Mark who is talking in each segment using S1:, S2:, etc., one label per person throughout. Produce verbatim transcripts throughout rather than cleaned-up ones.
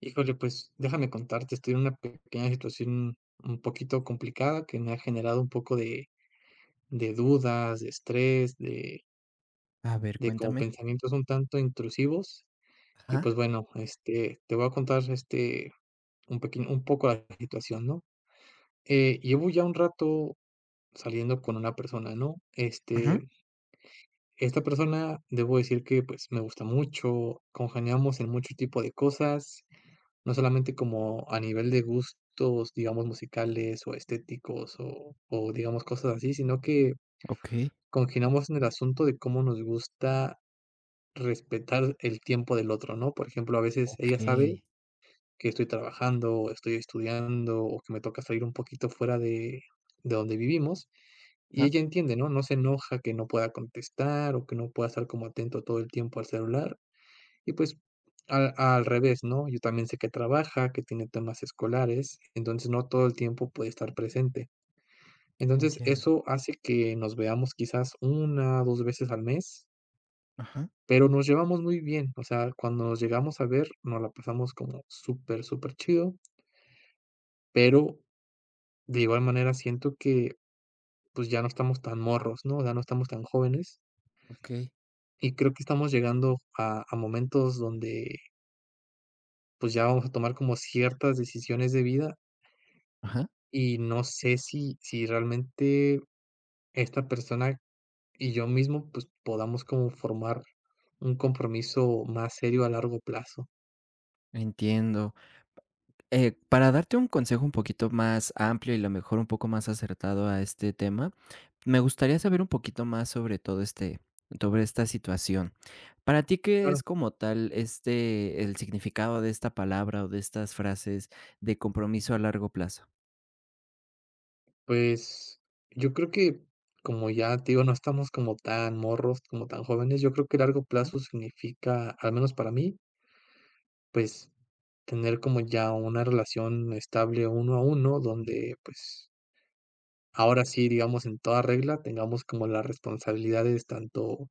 S1: Híjole, pues déjame contarte, estoy en una pequeña situación un poquito complicada que me ha generado un poco de, de dudas, de estrés, de,
S2: A ver,
S1: de como
S2: cuéntame.
S1: pensamientos un tanto intrusivos. Y pues
S2: Ajá,
S1: bueno, este, te voy a contar este, un pequeño, un poco la situación, ¿no? Eh, llevo ya un rato saliendo con una persona, ¿no? Este,
S2: ajá,
S1: esta persona, debo decir que pues me gusta mucho, congeniamos en mucho tipo de cosas. No solamente como a nivel de gustos, digamos, musicales o estéticos o o digamos cosas así, sino que
S2: okey.
S1: congeniamos en el asunto de cómo nos gusta respetar el tiempo del otro, ¿no? Por ejemplo, a veces ella
S2: Okey.
S1: sabe que estoy trabajando o estoy estudiando o que me toca salir un poquito fuera de de donde vivimos y
S2: Ajá.
S1: ella entiende, ¿no? No se enoja que no pueda contestar o que no pueda estar como atento todo el tiempo al celular. Y pues, al al revés, ¿no? Yo también sé que trabaja, que tiene temas escolares, entonces no todo el tiempo puede estar presente. Entonces,
S2: Entiendo.
S1: eso hace que nos veamos quizás una dos veces al mes,
S2: Ajá.
S1: pero nos llevamos muy bien. O sea, cuando nos llegamos a ver, nos la pasamos como súper, súper chido, pero de igual manera siento que, pues, ya no estamos tan morros, ¿no? Ya no estamos tan jóvenes,
S2: Okey.
S1: y creo que estamos llegando a a momentos donde, pues, ya vamos a tomar como ciertas decisiones de vida.
S2: Ajá,
S1: Y no sé si si realmente esta persona y yo mismo, pues, podamos como formar un compromiso más serio a largo plazo.
S2: entiendo. Eh, para darte un consejo un poquito más amplio y a lo mejor un poco más acertado a este tema, me gustaría saber un poquito más sobre todo este sobre esta situación. Para ti, ¿qué
S1: Claro,
S2: es como tal este el significado de esta palabra o de estas frases de compromiso a largo plazo?
S1: pues, yo creo que, como ya te digo, no estamos como tan morros, como tan jóvenes, yo creo que largo plazo significa, al menos para mí, pues, tener como ya una relación estable uno a uno, donde, pues, ahora sí, digamos, en toda regla, tengamos como las responsabilidades tanto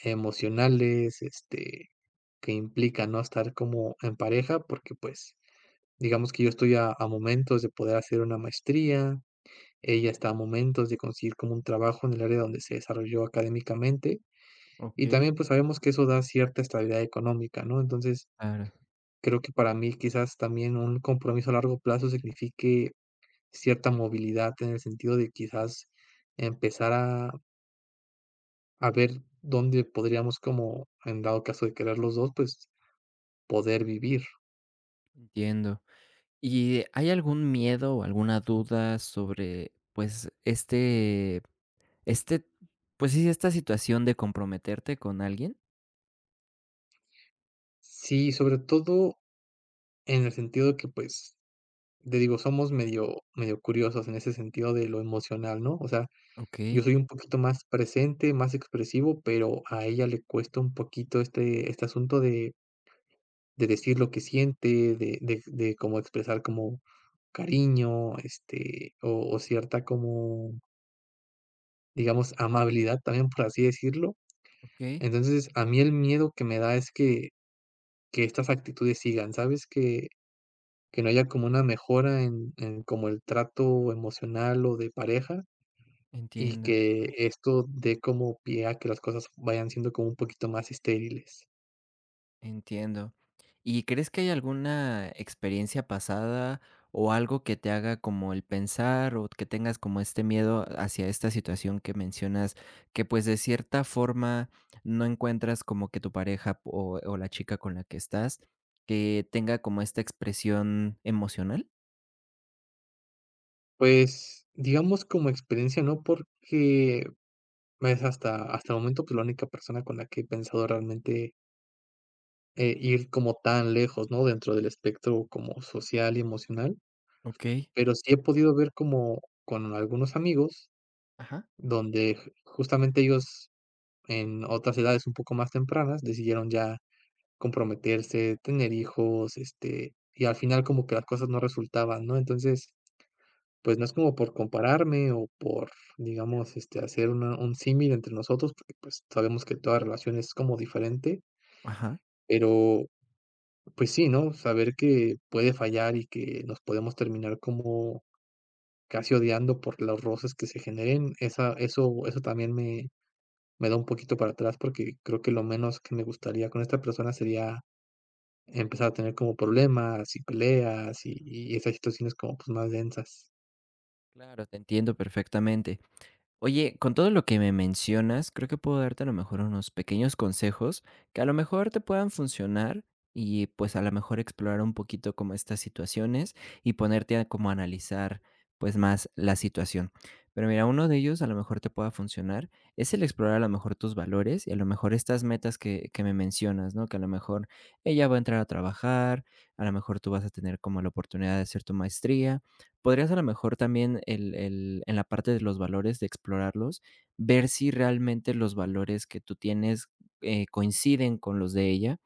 S1: emocionales, este, que implica, ¿no?, estar como en pareja, porque, pues, digamos que yo estoy a a momentos de poder hacer una maestría, ella está a momentos de conseguir como un trabajo en el área donde se desarrolló académicamente, y
S2: Okey.
S1: también, pues, sabemos que eso da cierta estabilidad económica, ¿no? Entonces,
S2: Claro,
S1: creo que para mí quizás también un compromiso a largo plazo signifique cierta movilidad en el sentido de quizás empezar a a ver dónde podríamos como, en dado caso de querer los dos, pues, poder vivir.
S2: entiendo. ¿Y hay algún miedo o alguna duda sobre, pues, este este, pues sí, esta situación de comprometerte con alguien?
S1: Sí, sobre todo en el sentido de que, pues, te digo, somos medio medio curiosos en ese sentido de lo emocional, ¿no? O sea, yo
S2: Okey,
S1: soy un poquito más presente, más expresivo, pero a ella le cuesta un poquito este este asunto de de decir lo que siente, de de de como expresar como cariño, este, o o cierta como, digamos, amabilidad también, por así decirlo.
S2: okey,
S1: Entonces, a mí el miedo que me da es que que estas actitudes sigan, ¿sabes? Que Que no haya como una mejora en en como el trato emocional o de pareja, y
S2: entiendo.
S1: que esto dé como pie a que las cosas vayan siendo como un poquito más estériles.
S2: Entiendo. ¿Y crees que hay alguna experiencia pasada o algo que te haga como el pensar o que tengas como este miedo hacia esta situación que mencionas, que pues de cierta forma no encuentras como que tu pareja o, o la chica con la que estás, que tenga como esta expresión emocional?
S1: Pues, digamos como experiencia, no, porque es hasta hasta el momento, pues, la única persona con la que he pensado realmente, eh, ir como tan lejos, ¿no? Dentro del espectro como social y emocional,
S2: Ok.
S1: pero sí he podido ver como con algunos amigos,
S2: Ajá.
S1: donde ju- justamente ellos en otras edades un poco más tempranas decidieron ya comprometerse, tener hijos, este, y al final como que las cosas no resultaban, ¿no? Entonces, pues no es como por compararme o por, digamos, este, hacer una- un símil entre nosotros, porque pues sabemos que toda relación es como diferente,
S2: Ajá.
S1: pero pues sí, ¿no? Saber que puede fallar y que nos podemos terminar como casi odiando por los roces que se generen, esa, eso, eso también me, me da un poquito para atrás porque creo que lo menos que me gustaría con esta persona sería empezar a tener como problemas y peleas y
S2: Claro,
S1: y esas situaciones como, pues, más densas.
S2: claro, te entiendo perfectamente. Oye, con todo lo que me mencionas, creo que puedo darte a lo mejor unos pequeños consejos que a lo mejor te puedan funcionar y pues a lo mejor explorar un poquito como estas situaciones y ponerte a como analizar pues más la situación. Pero mira, uno de ellos a lo mejor te pueda funcionar es el explorar a lo mejor tus valores y a lo mejor estas metas que, que me mencionas, ¿no? Que a lo mejor ella va a entrar a trabajar, a lo mejor tú vas a tener como la oportunidad de hacer tu maestría, podrías a lo mejor también el el en la parte de los valores, de explorarlos, ver si realmente los valores que tú tienes, eh, coinciden con los de ella,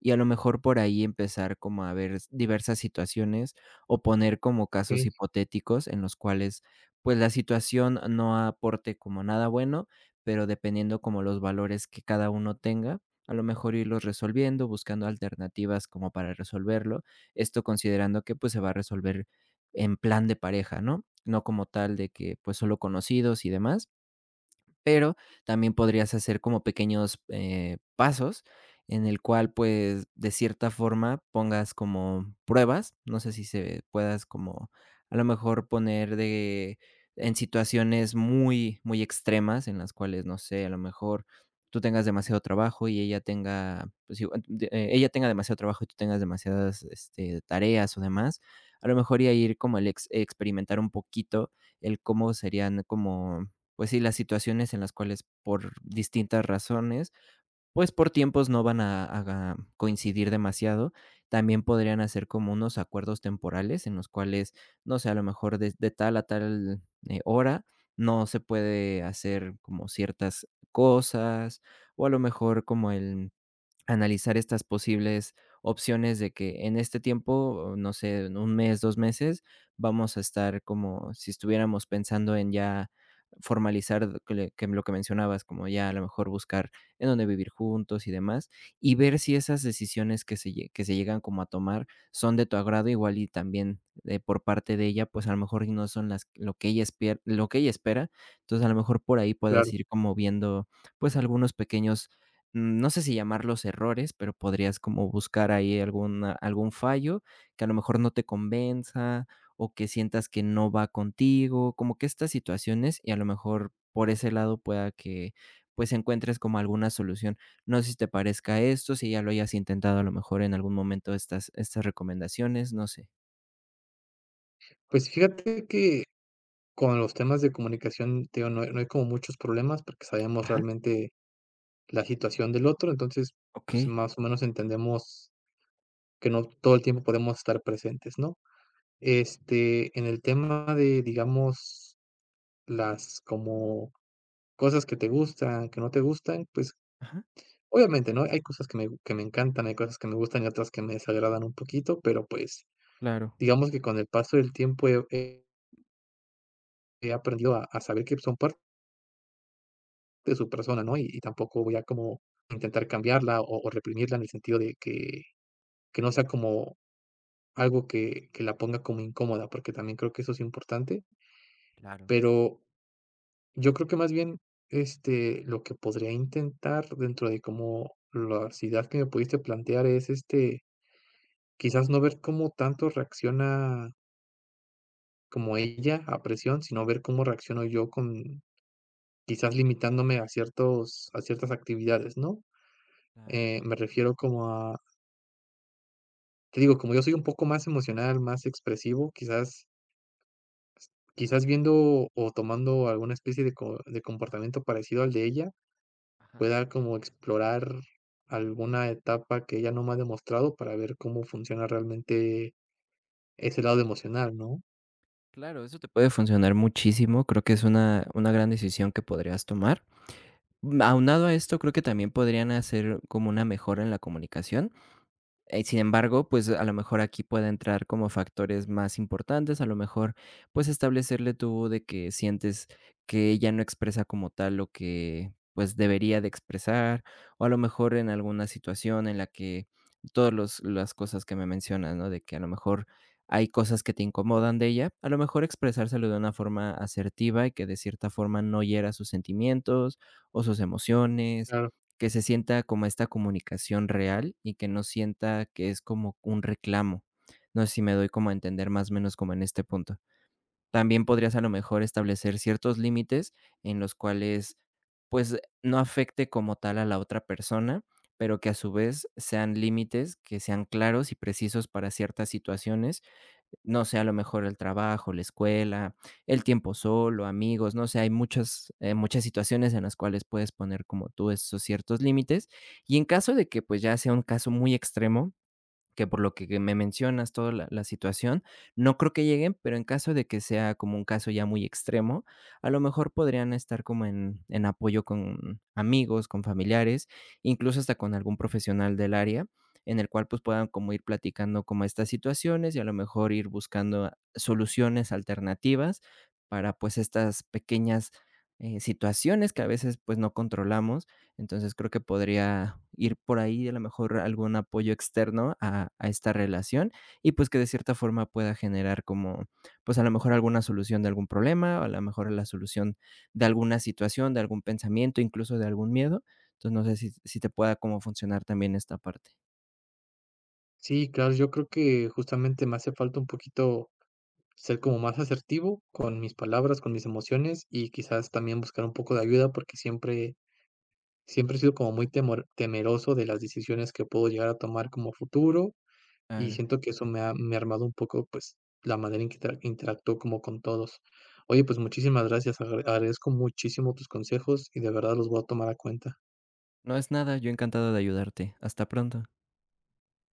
S2: y a lo mejor por ahí empezar como a ver diversas situaciones, o poner como casos
S1: Okey,
S2: hipotéticos en los cuales, pues, la situación no aporte como nada bueno, pero dependiendo como los valores que cada uno tenga, a lo mejor irlos resolviendo, buscando alternativas como para resolverlo. Esto considerando que, pues, se va a resolver en plan de pareja, ¿no? No como tal de que, pues, solo conocidos y demás, pero también podrías hacer como pequeños eh, pasos en el cual, pues, de cierta forma pongas como pruebas, no sé si se puedas como a lo mejor poner de en situaciones muy, muy extremas en las cuales, no sé, a lo mejor tú tengas demasiado trabajo y ella tenga, pues, igual, de- eh, ella tenga demasiado trabajo y tú tengas demasiadas este, tareas o demás, a lo mejor y ahí ir como el ex- experimentar un poquito el cómo serían como pues sí, las situaciones en las cuales por distintas razones, pues por tiempos no van a, a a coincidir demasiado. También podrían hacer como unos acuerdos temporales en los cuales, no sé, a lo mejor de, de tal a tal eh, hora no se puede hacer como ciertas cosas o a lo mejor como el analizar estas posibles opciones de que en este tiempo, no sé, en un mes, dos meses, vamos a estar como si estuviéramos pensando en ya formalizar que le que lo que mencionabas, como ya a lo mejor buscar en dónde vivir juntos y demás, y ver si esas decisiones que se lle que se llegan como a tomar son de tu agrado, igual y también, de por parte de ella, pues, a lo mejor y no son las lo que ella espier lo que ella espera. Entonces, a lo mejor por ahí puedas
S1: claro.
S2: ir como viendo, pues, algunos pequeños mm, no sé si llamarlos errores, pero podrías como buscar ahí alguna algún fallo que a lo mejor no te convenza o que sientas que no va contigo, como que estas situaciones y a lo mejor por ese lado pueda que, pues, encuentres como alguna solución. No sé si te parezca esto, si ya lo hayas intentado a lo mejor en algún momento estas estas recomendaciones, no sé.
S1: Pues, fíjate que con los temas de comunicación, te digo, no hay no hay como muchos problemas porque sabemos
S2: Ajá,
S1: realmente la situación del otro, entonces, pues,
S2: okey,
S1: más o menos entendemos que no todo el tiempo podemos estar presentes, ¿no? Este, en el tema de, digamos, las como cosas que te gustan, que no te gustan, pues,
S2: ajá,
S1: obviamente, ¿no? Hay cosas que me que me encantan, hay cosas que me gustan y otras que me desagradan un poquito, pero, pues,
S2: claro,
S1: digamos que con el paso del tiempo he he he aprendido a a saber que son parte de su persona, ¿no? Y y tampoco voy a como intentar cambiarla o o reprimirla en el sentido de que que no sea como algo que que la ponga como incómoda, porque también creo que eso es importante,
S2: claro,
S1: pero yo creo que más bien, este, lo que podría intentar dentro de como la ciudad que me pudiste plantear es, este, quizás no ver cómo tanto reacciona como ella a presión, sino ver cómo reacciono yo con quizás limitándome a ciertos a ciertas actividades, ¿no?
S2: claro,
S1: Eh, me refiero como a te digo, como yo soy un poco más emocional, más expresivo, quizás quizás viendo o tomando alguna especie de co de comportamiento parecido al de ella,
S2: ajá,
S1: pueda como explorar alguna etapa que ella no me ha demostrado para ver cómo funciona realmente ese lado emocional, ¿no?
S2: claro, eso te puede funcionar muchísimo, creo que es una una gran decisión que podrías tomar. Aunado a esto, creo que también podrían hacer como una mejora en la comunicación, eh, sin embargo, pues, a lo mejor aquí puede entrar como factores más importantes, a lo mejor, pues, establecerle tú de que sientes que ella no expresa como tal lo que, pues, debería de expresar, o a lo mejor en alguna situación en la que todas las cosas que me mencionas, ¿no? De que a lo mejor hay cosas que te incomodan de ella, a lo mejor expresárselo de una forma asertiva y que de cierta forma no hiera sus sentimientos o sus emociones,
S1: Claro.
S2: que se sienta como esta comunicación real y que no sienta que es como un reclamo. No sé si me doy como a entender más o menos como en este punto. También podrías a lo mejor establecer ciertos límites en los cuales, pues, no afecte como tal a la otra persona, pero que a su vez sean límites que sean claros y precisos para ciertas situaciones, no sé, a lo mejor el trabajo, la escuela, el tiempo solo, amigos, no sé, hay muchas, eh, muchas situaciones en las cuales puedes poner como tú esos ciertos límites. Y en caso de que pues ya sea un caso muy extremo, que por lo que que me mencionas toda la la situación, no creo que lleguen, pero en caso de que sea como un caso ya muy extremo, a lo mejor podrían estar como en en apoyo con amigos, con familiares, incluso hasta con algún profesional del área, en el cual, pues, puedan como ir platicando como estas situaciones y a lo mejor ir buscando soluciones alternativas para, pues, estas pequeñas, eh, situaciones que a veces, pues, no controlamos, entonces, creo que podría ir por ahí, a lo mejor, algún apoyo externo a a esta relación y, pues, que de cierta forma pueda generar como, pues, a lo mejor alguna solución de algún problema, o a lo mejor la solución de alguna situación, de algún pensamiento, incluso de algún miedo. Entonces, no sé si si te pueda como funcionar también esta parte.
S1: Sí, claro, yo creo que justamente me hace falta un poquito ser como más asertivo con mis palabras, con mis emociones y quizás también buscar un poco de ayuda porque siempre, siempre he sido como muy temor- temeroso de las decisiones que puedo llegar a tomar como futuro y
S2: Claro.
S1: siento que eso me ha, me ha armado un poco pues la manera en que inter- interactúo como con todos. Oye, pues muchísimas gracias, agra- agradezco muchísimo tus consejos y de verdad los voy a tomar a cuenta.
S2: No es nada, yo encantado de ayudarte. Hasta pronto.